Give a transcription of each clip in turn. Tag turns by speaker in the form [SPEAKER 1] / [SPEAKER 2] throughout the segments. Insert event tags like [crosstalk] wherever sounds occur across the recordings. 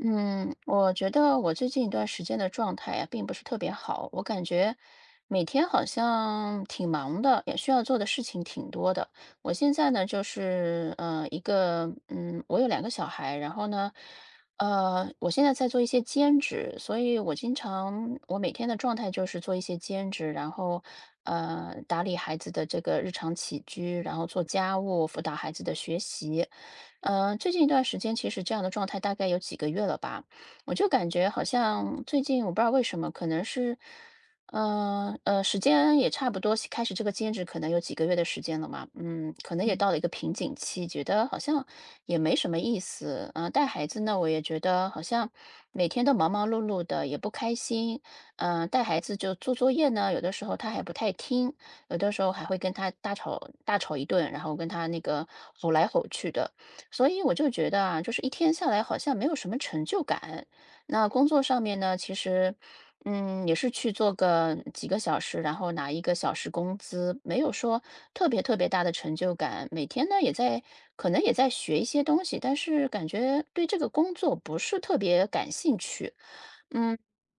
[SPEAKER 1] 嗯，我觉得我最近一段时间的状态呀，并不是特别好。我感觉每天好像挺忙的，也需要做的事情挺多的。我现在呢，就是一个我有两个小孩，然后呢，我现在在做一些兼职，所以我经常我每天的状态就是做一些兼职，然后打理孩子的这个日常起居，然后做家务，辅导孩子的学习。最近一段时间，其实这样的状态大概有几个月了吧。我就感觉好像最近我不知道为什么，可能是，时间也差不多，开始这个兼职可能有几个月的时间了嘛。嗯，可能也
[SPEAKER 2] 嗯
[SPEAKER 1] 到了一个瓶颈期，觉得好像也没什么意思。嗯，带孩子呢，我也觉得好像每天都忙忙碌碌的，也不开心。带孩子就做作业呢，有的时候他还不太听，有的时候还会跟他大吵一顿，然后跟他那个吼来吼去的。所以我就觉得啊，就是一天下来好像没有什么成就感。那工作上面呢，其实，也是去做个几个小时，然后拿一个小时工资，没有说特别特别大的成就感。每天呢，可能也在学一些东西，但是感觉对这个工作不是特别感兴趣。嗯，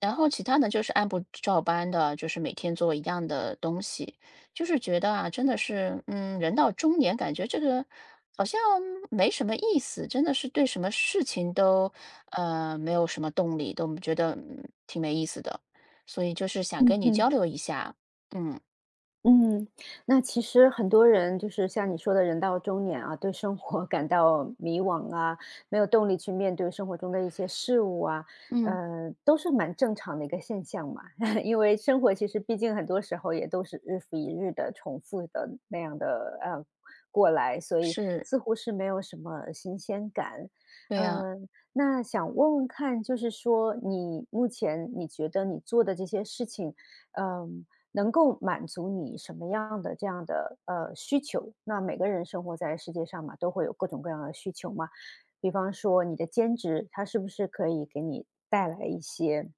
[SPEAKER 1] 然后其他的就是按部照班的，就是每天做一样的东西。就是觉得啊，真的是，人到中年，感觉这个好像没什么意思，真的是对什么事情都，没有什么动力，都觉得挺没意思的，所以就是想
[SPEAKER 2] 嗯
[SPEAKER 1] 跟你交
[SPEAKER 2] 嗯
[SPEAKER 1] 流一下，嗯
[SPEAKER 2] 嗯，那其实很多人就是像你说的，人到中年啊，对生活 [laughs] 感到迷惘啊，没有动力去面对生活中的一些事物啊，
[SPEAKER 1] 嗯，
[SPEAKER 2] 都是蛮正常的一个现象嘛。[laughs] 因为生活其实毕竟很多时候也都是日复一日的重复的那样的过来，所以
[SPEAKER 1] 是，
[SPEAKER 2] 似乎是没有什么新鲜感。
[SPEAKER 1] 对呀，
[SPEAKER 2] 嗯，那想问问看，就是说你目前你觉得你做的这些事情，嗯、能够满足你什么样的这样的需求？那每个人生活在世界上嘛，都会有各种各样的需求嘛。比方说你的兼职，它是不是可以给你带来一些，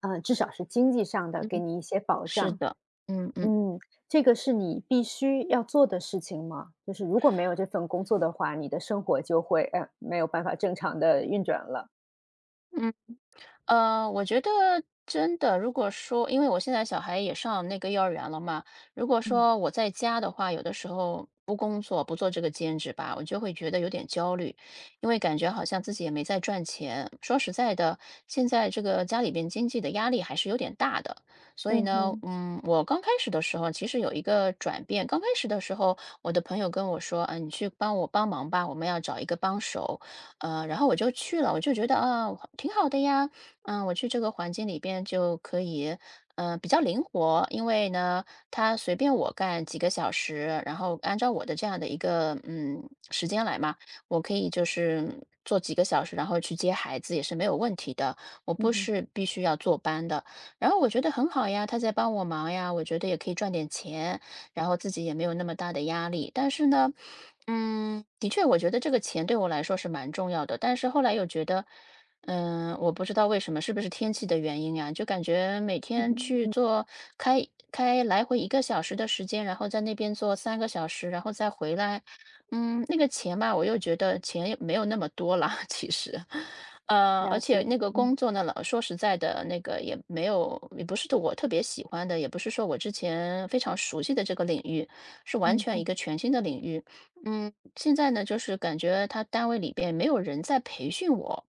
[SPEAKER 2] 至少是经济上的，给你一些保
[SPEAKER 1] 是
[SPEAKER 2] 障？
[SPEAKER 1] 的，嗯嗯
[SPEAKER 2] 嗯，这个是你必须要做的事情吗？就是如果没有这份工作的话，你的生活就会没有办法正常的运转了。
[SPEAKER 1] 嗯。我觉得真的，如果说，因为我现在小孩也上那个幼儿园了嘛，如果
[SPEAKER 2] 嗯
[SPEAKER 1] 说我在家的话，有的时候不工作，不做这个兼职吧，我就会觉得有点焦虑，因为感觉好像自己也没在赚钱。说实在的，现在这个家里边经济的压力还是有点大的，所以
[SPEAKER 2] 嗯
[SPEAKER 1] 呢，
[SPEAKER 2] 哼
[SPEAKER 1] 我刚开始的时候其实有一个转变，刚开始的时候，我的朋友跟我说，你去帮我帮忙吧，我们要找一个帮手，然后我就去了，我就觉得啊，挺好的呀。我去这个环境里边就可以，比较灵活，因为呢，他随便我干几个小时，然后按照我的这样的一个时间来嘛，我可以就是做几个小时，然后去接孩子也是没有问题的，我
[SPEAKER 2] 嗯
[SPEAKER 1] 不
[SPEAKER 2] 哼
[SPEAKER 1] 是必须要坐班的。然后我觉得很好呀，他在帮我忙呀，我觉得也可以赚点钱，然后自己也没有那么大的压力。但是呢，的确，我觉得这个钱对我来说是蛮重要的，但是后来又觉得。我不知道为什么，是不是天气的原因呀？就感觉每
[SPEAKER 2] 嗯
[SPEAKER 1] 天去
[SPEAKER 2] 哼，
[SPEAKER 1] 做开开来回一个小时的时间，然后在那边做三个小时，然后再回来。那个钱吧，我又觉得钱也没有那么多了，其实，而
[SPEAKER 2] 了
[SPEAKER 1] 且
[SPEAKER 2] 解，
[SPEAKER 1] 那个工
[SPEAKER 2] 嗯
[SPEAKER 1] 作呢，老说实在的，那个也没有，也不是我特别喜欢的，也不是说我之前非常熟悉的这个领域，是完
[SPEAKER 2] 嗯
[SPEAKER 1] 全一
[SPEAKER 2] 嗯，
[SPEAKER 1] 个全新的领域。嗯，现在呢，就是感觉他单位里边没有人在培训我。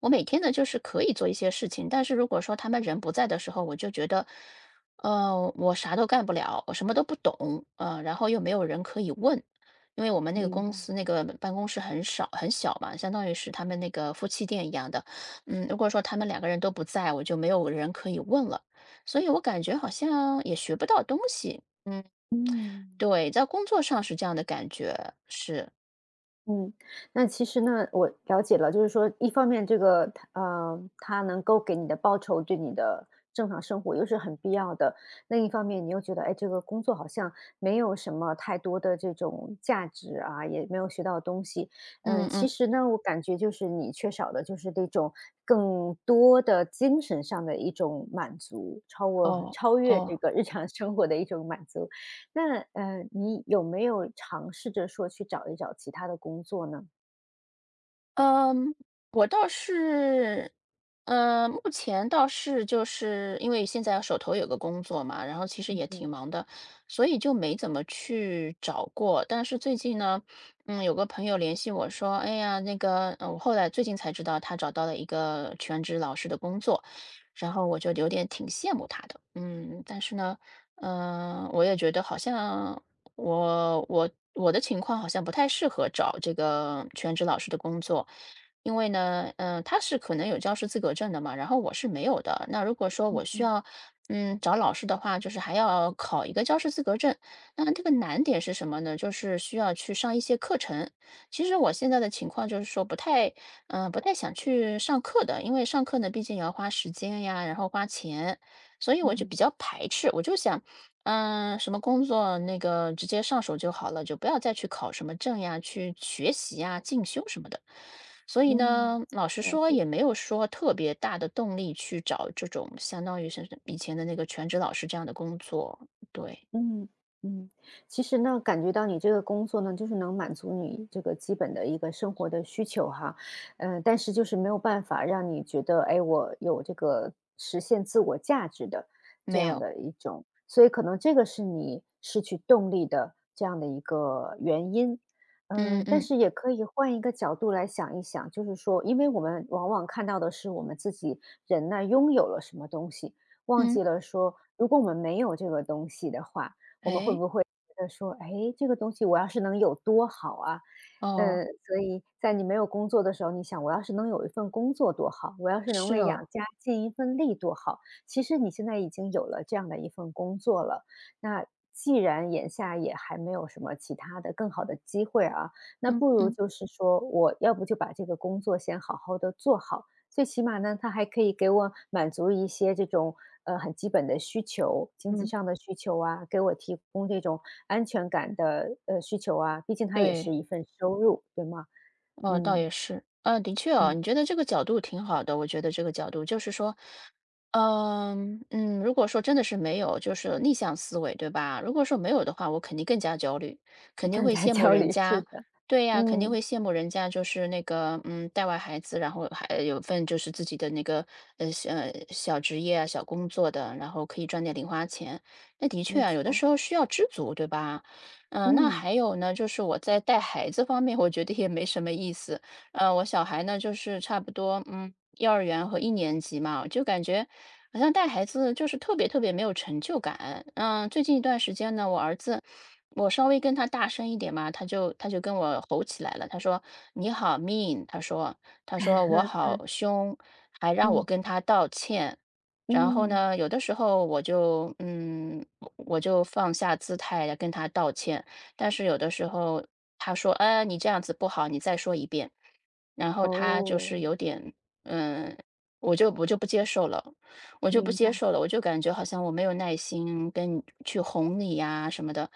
[SPEAKER 1] 我每天呢，就是可以做一些事情，但是如果说他们人不在的时候，我就觉得，我啥都干不了，我什么都不懂，然后又没有人可以问，因为我们那个
[SPEAKER 2] 明
[SPEAKER 1] 公
[SPEAKER 2] 白，
[SPEAKER 1] 司那个办公室很少很小嘛，相当于是他们那个夫妻店一样的，如果说他们两个人都不在，我就没有人可以问了，所以我感觉好像也学不到东西，嗯，
[SPEAKER 2] 嗯。
[SPEAKER 1] 对，在工作上是这样的感觉，是，
[SPEAKER 2] 嗯，那其实呢，我了解了，就是说，一方面这个它能够给你的报酬对你的正常生活又是很必要的，另一方面你又觉得，哎，这个工作好像没有什么太多的这种价值啊，也没有学到东西。
[SPEAKER 1] 嗯
[SPEAKER 2] 嗯，其
[SPEAKER 1] 嗯，
[SPEAKER 2] 实呢，我感觉就是你缺少的就是那种更多的精神上的一种满足，超过
[SPEAKER 1] 哦
[SPEAKER 2] 超越这
[SPEAKER 1] 哦。
[SPEAKER 2] 个日常生活的一种满足。那，你有没有尝试着说去找一找其他的工作呢？
[SPEAKER 1] 嗯，我倒是，目前倒是就是因为现在手头有个工作嘛，然后其实也
[SPEAKER 2] 嗯
[SPEAKER 1] 挺忙的，所以就没怎么去找过。但是最近呢，有个朋友联系我说，哎呀，那个，我后来最近才知道他找到了一个全职老师的工作，然后我就有点挺羡慕他的，嗯，但是呢，我也觉得好像。我的情况好像不太适合找这个全职老师的工作，因为呢，他是可能有教师资格证的嘛，然后我是没有的。那如果说我需
[SPEAKER 2] 嗯
[SPEAKER 1] 要，找老师的话，就是还要考一个教师资格证。那这个难点是什么呢？就是需要去上一些课程。其实我现在的情况就是说不太，不太想去上课的，因为上课呢，毕竟也要花时间呀，然后花钱，所以我
[SPEAKER 2] 嗯
[SPEAKER 1] 就比
[SPEAKER 2] 嗯，
[SPEAKER 1] 较排斥。我就想，什么工作那个直接上手就好了，就不要再去考什么证呀，去学习呀、进修什么的。所以呢，
[SPEAKER 2] 嗯，
[SPEAKER 1] 老实
[SPEAKER 2] 了
[SPEAKER 1] 说
[SPEAKER 2] 解。
[SPEAKER 1] 也没有说特别大的动力去找这种相当于是以前的那个全职老师这样的工作，对，
[SPEAKER 2] 嗯嗯，其实呢，感觉到你这个工作呢，就是能满足你这个基本的一个生活的需求哈，呃，但是就是没有办法让你觉得，哎，我有这个实现自我价值的这
[SPEAKER 1] 没
[SPEAKER 2] 样
[SPEAKER 1] 有，
[SPEAKER 2] 的一种，所以可能这个是你失去动力的这样的一个原因。
[SPEAKER 1] 嗯
[SPEAKER 2] 嗯，但
[SPEAKER 1] 嗯
[SPEAKER 2] 是也可以换一个角度来想一想，就是说，因为我们往往看到的是我们自己人呢拥有了什么东西，忘
[SPEAKER 1] 嗯，
[SPEAKER 2] 记了说，如果我们没有这个东西的话，我们会
[SPEAKER 1] 哎，
[SPEAKER 2] 不会觉得说，哎，这个东西我要是能有多好啊？
[SPEAKER 1] 哦，
[SPEAKER 2] 嗯，所以在你没有工作的时候，你想我要是能有一份工作多好，我要是能
[SPEAKER 1] 是
[SPEAKER 2] 为
[SPEAKER 1] 哦，
[SPEAKER 2] 养家尽一份力多好。其实你现在已经有了这样的一份工作了，那既然眼下也还没有什么其他的更好的机会啊，那
[SPEAKER 1] 嗯
[SPEAKER 2] 不如
[SPEAKER 1] 嗯
[SPEAKER 2] 就是说，我要不就把这个工作先好好的做好，最起码呢，他还可以给我满足一些这种，很基本的需求，经济
[SPEAKER 1] 嗯，
[SPEAKER 2] 上的需求啊，给我提供这种安全感的，需求啊，毕竟它也
[SPEAKER 1] 对。
[SPEAKER 2] 是一份收入，对吗？
[SPEAKER 1] 哦，倒
[SPEAKER 2] 嗯，
[SPEAKER 1] 也是，的确哦，
[SPEAKER 2] 嗯，
[SPEAKER 1] 你觉得这个角度挺好的，我觉得这个角度就是说，嗯嗯，如果说真的是没有，就是逆向思维，对吧？如果说没有的话，我肯定更加焦虑，肯定
[SPEAKER 2] 更
[SPEAKER 1] 会
[SPEAKER 2] 加 [laughs]
[SPEAKER 1] 羡慕
[SPEAKER 2] 焦
[SPEAKER 1] 人
[SPEAKER 2] 虑，是
[SPEAKER 1] 家，
[SPEAKER 2] 的，
[SPEAKER 1] 对呀，肯定
[SPEAKER 2] 嗯，
[SPEAKER 1] 会羡慕人家，就是那个带完孩子，然后还有份就是自己的那个小小职业啊、小工作的，然后可以赚点零花钱。那的确
[SPEAKER 2] 没
[SPEAKER 1] 啊，有的
[SPEAKER 2] 错，
[SPEAKER 1] 时候需要知足，对吧？嗯，那
[SPEAKER 2] 嗯
[SPEAKER 1] 还有呢，就是我在带孩子方面，我觉得也没什么意思。我小孩呢，就是差不多，幼儿园和一年级嘛，就感觉好像带孩子就是特别特别没有成就感。嗯，最近一段时间呢，我儿子，我稍微跟他大声一点嘛，他就跟我吼起来了，他说你好 mean,他说我
[SPEAKER 2] [laughs]，
[SPEAKER 1] 好凶，还让我
[SPEAKER 2] 嗯，
[SPEAKER 1] 跟他道歉。然后
[SPEAKER 2] 嗯，
[SPEAKER 1] 呢，有的时候我就我就放下姿态来跟他道歉，但是有的时候他说："哎，你这样子不好，你再说一遍。"然后他就
[SPEAKER 2] 哦，
[SPEAKER 1] 是有点嗯，我就不接受了，不
[SPEAKER 2] 明
[SPEAKER 1] 接
[SPEAKER 2] 白。
[SPEAKER 1] 受了，我就感觉好像我没有耐心跟你去哄你呀什么的，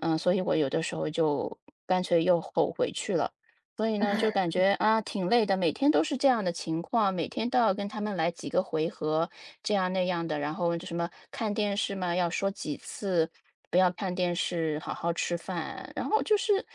[SPEAKER 1] 嗯，所以我有的时候就干脆又吼回去了。所以呢，就感觉啊挺累的，每天都是这样的情况，每天都要跟他们来几个回合，这样那样的，然后就什么看电视嘛，要说几次，不要看电视，好好吃饭，然后就是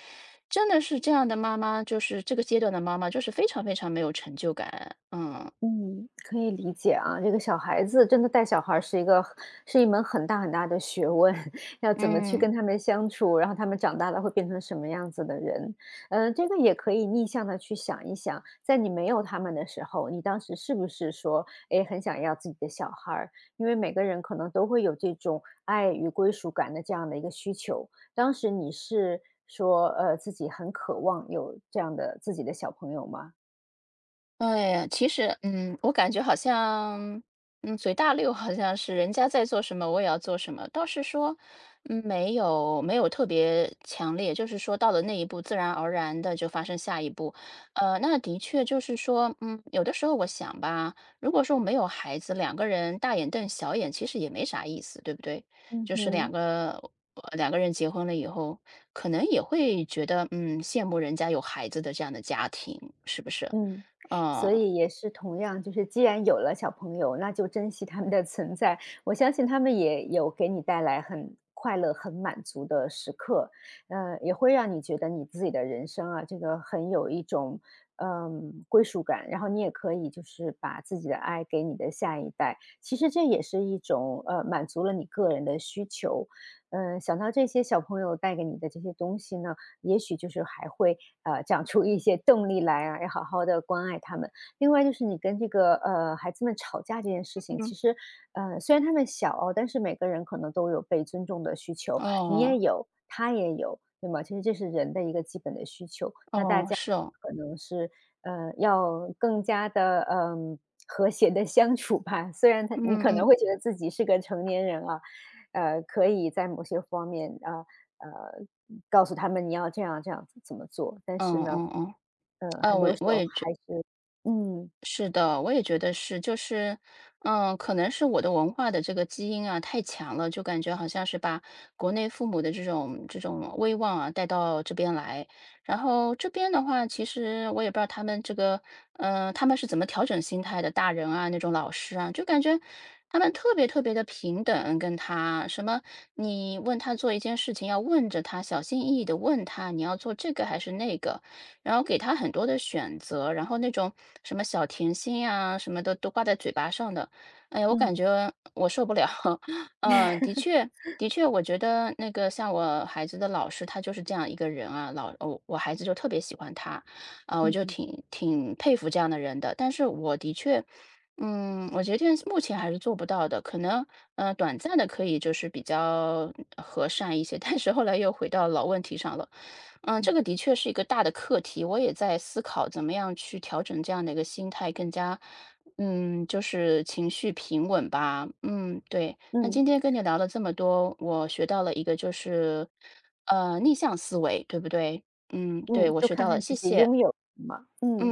[SPEAKER 1] 真的是这样的妈妈，就是这个阶段的妈妈，就是非常非常没有成就感，嗯
[SPEAKER 2] 嗯，可以理解啊，这个小孩子真的带小孩儿是是一门很大很大的学问，[laughs] 要怎么去
[SPEAKER 1] 嗯。
[SPEAKER 2] 跟他们相处，然后他们长大了会变成什么样子的人。嗯，这个也可以逆向的去想一想，在你没有他们的时候，你当时是不是说，哎，很想要自己的小孩儿，因为每个人可能都会有这种爱与归属感的这样的一个需求。当时你是说，自己很渴望有这样的自己的小朋友吗？
[SPEAKER 1] 哎，其实，我感觉好像，随大流，好像是人家在做什么，我也要做什么。倒是说，没有特别强烈，就是说到了那一步，自然而然的就发生下一步。那的确就是说，有的时候我想吧，如果说没有孩子，两个人大眼瞪小眼，其实也没啥意思，对不对？
[SPEAKER 2] 嗯
[SPEAKER 1] 就是两
[SPEAKER 2] 哼。
[SPEAKER 1] 个两个人结婚了以后，可能也会觉得，羡慕人家有孩子的这样的家庭，是不是？
[SPEAKER 2] 嗯，
[SPEAKER 1] 哦，
[SPEAKER 2] 所以也是同样，就是既然有了小朋友，那就珍惜他们的存在。我相信他们也有给你带来很快乐、很满足的时刻，也会让你觉得你自己的人生啊，这个很有一种归属感。然后你也可以就是把自己的爱给你的下一代，其实这也是一种满足了你个人的需求。想到这些小朋友带给你的这些东西呢，也许就是还会长出一些动力来啊，要好好的关爱他们。另外就是你跟这个孩子们吵架这件事情，
[SPEAKER 1] 嗯。
[SPEAKER 2] 其实虽然他们小哦，但是每个人可能都有被尊重的需求，你也
[SPEAKER 1] 哦，
[SPEAKER 2] 有，他也有，对吗？其实这是人的一个基本的需求。那大
[SPEAKER 1] 哦，
[SPEAKER 2] 家
[SPEAKER 1] 是哦，
[SPEAKER 2] 可能是要更加的和谐的相处吧，虽然他你
[SPEAKER 1] 嗯
[SPEAKER 2] 可能
[SPEAKER 1] 嗯，
[SPEAKER 2] 会觉得自己是个成年人啊，可以在某些方面呃，告诉他们你要这样这样子怎么做，但是
[SPEAKER 1] 嗯
[SPEAKER 2] 呢，
[SPEAKER 1] 嗯嗯，啊，
[SPEAKER 2] 很
[SPEAKER 1] 我
[SPEAKER 2] 多时
[SPEAKER 1] 我
[SPEAKER 2] 候
[SPEAKER 1] 也觉
[SPEAKER 2] 还是嗯，
[SPEAKER 1] 是的，我也觉得是，就是，可能是我的文化的这个基因啊太强了，就感觉好像是把国内父母的这种威望啊带到这边来。然后这边的话，其实我也不知道他们这个，他们是怎么调整心态的，大人啊，那种老师啊，就感觉他们特别特别的平等，跟他什么，你问他做一件事情，要问着他，小心翼翼的问他，你要做这个还是那个。然后给他很多的选择，然后那种什么小甜心呀什么的都挂在嘴巴上的，哎呀，我
[SPEAKER 2] 嗯，
[SPEAKER 1] 感觉我受不了。[laughs] 的确，的确，我觉得那个像我孩子的老师，他就是这样一个人啊，老我孩子就特别喜欢他，啊，我
[SPEAKER 2] 嗯
[SPEAKER 1] 就
[SPEAKER 2] 嗯
[SPEAKER 1] 挺佩服这样的人的。但是我的确，我觉得目前还是做不到的，可能短暂的可以就是比较和善一些，但是后来又回到老问题上了。这
[SPEAKER 2] 嗯，
[SPEAKER 1] 个的确是一个大的课题，我也在思考怎么样去调整这样的一个心态，更加，就是情绪平稳吧。嗯，对。那今
[SPEAKER 2] 嗯，
[SPEAKER 1] 天跟你聊了这么多，我学到了一个就是，逆向思维，对不对？嗯，对，
[SPEAKER 2] 嗯，
[SPEAKER 1] 我
[SPEAKER 2] 多
[SPEAKER 1] 学到
[SPEAKER 2] 看
[SPEAKER 1] 了，
[SPEAKER 2] 看自
[SPEAKER 1] 谢
[SPEAKER 2] 己
[SPEAKER 1] 谢。
[SPEAKER 2] 拥有什么，
[SPEAKER 1] 嗯。
[SPEAKER 2] 嗯。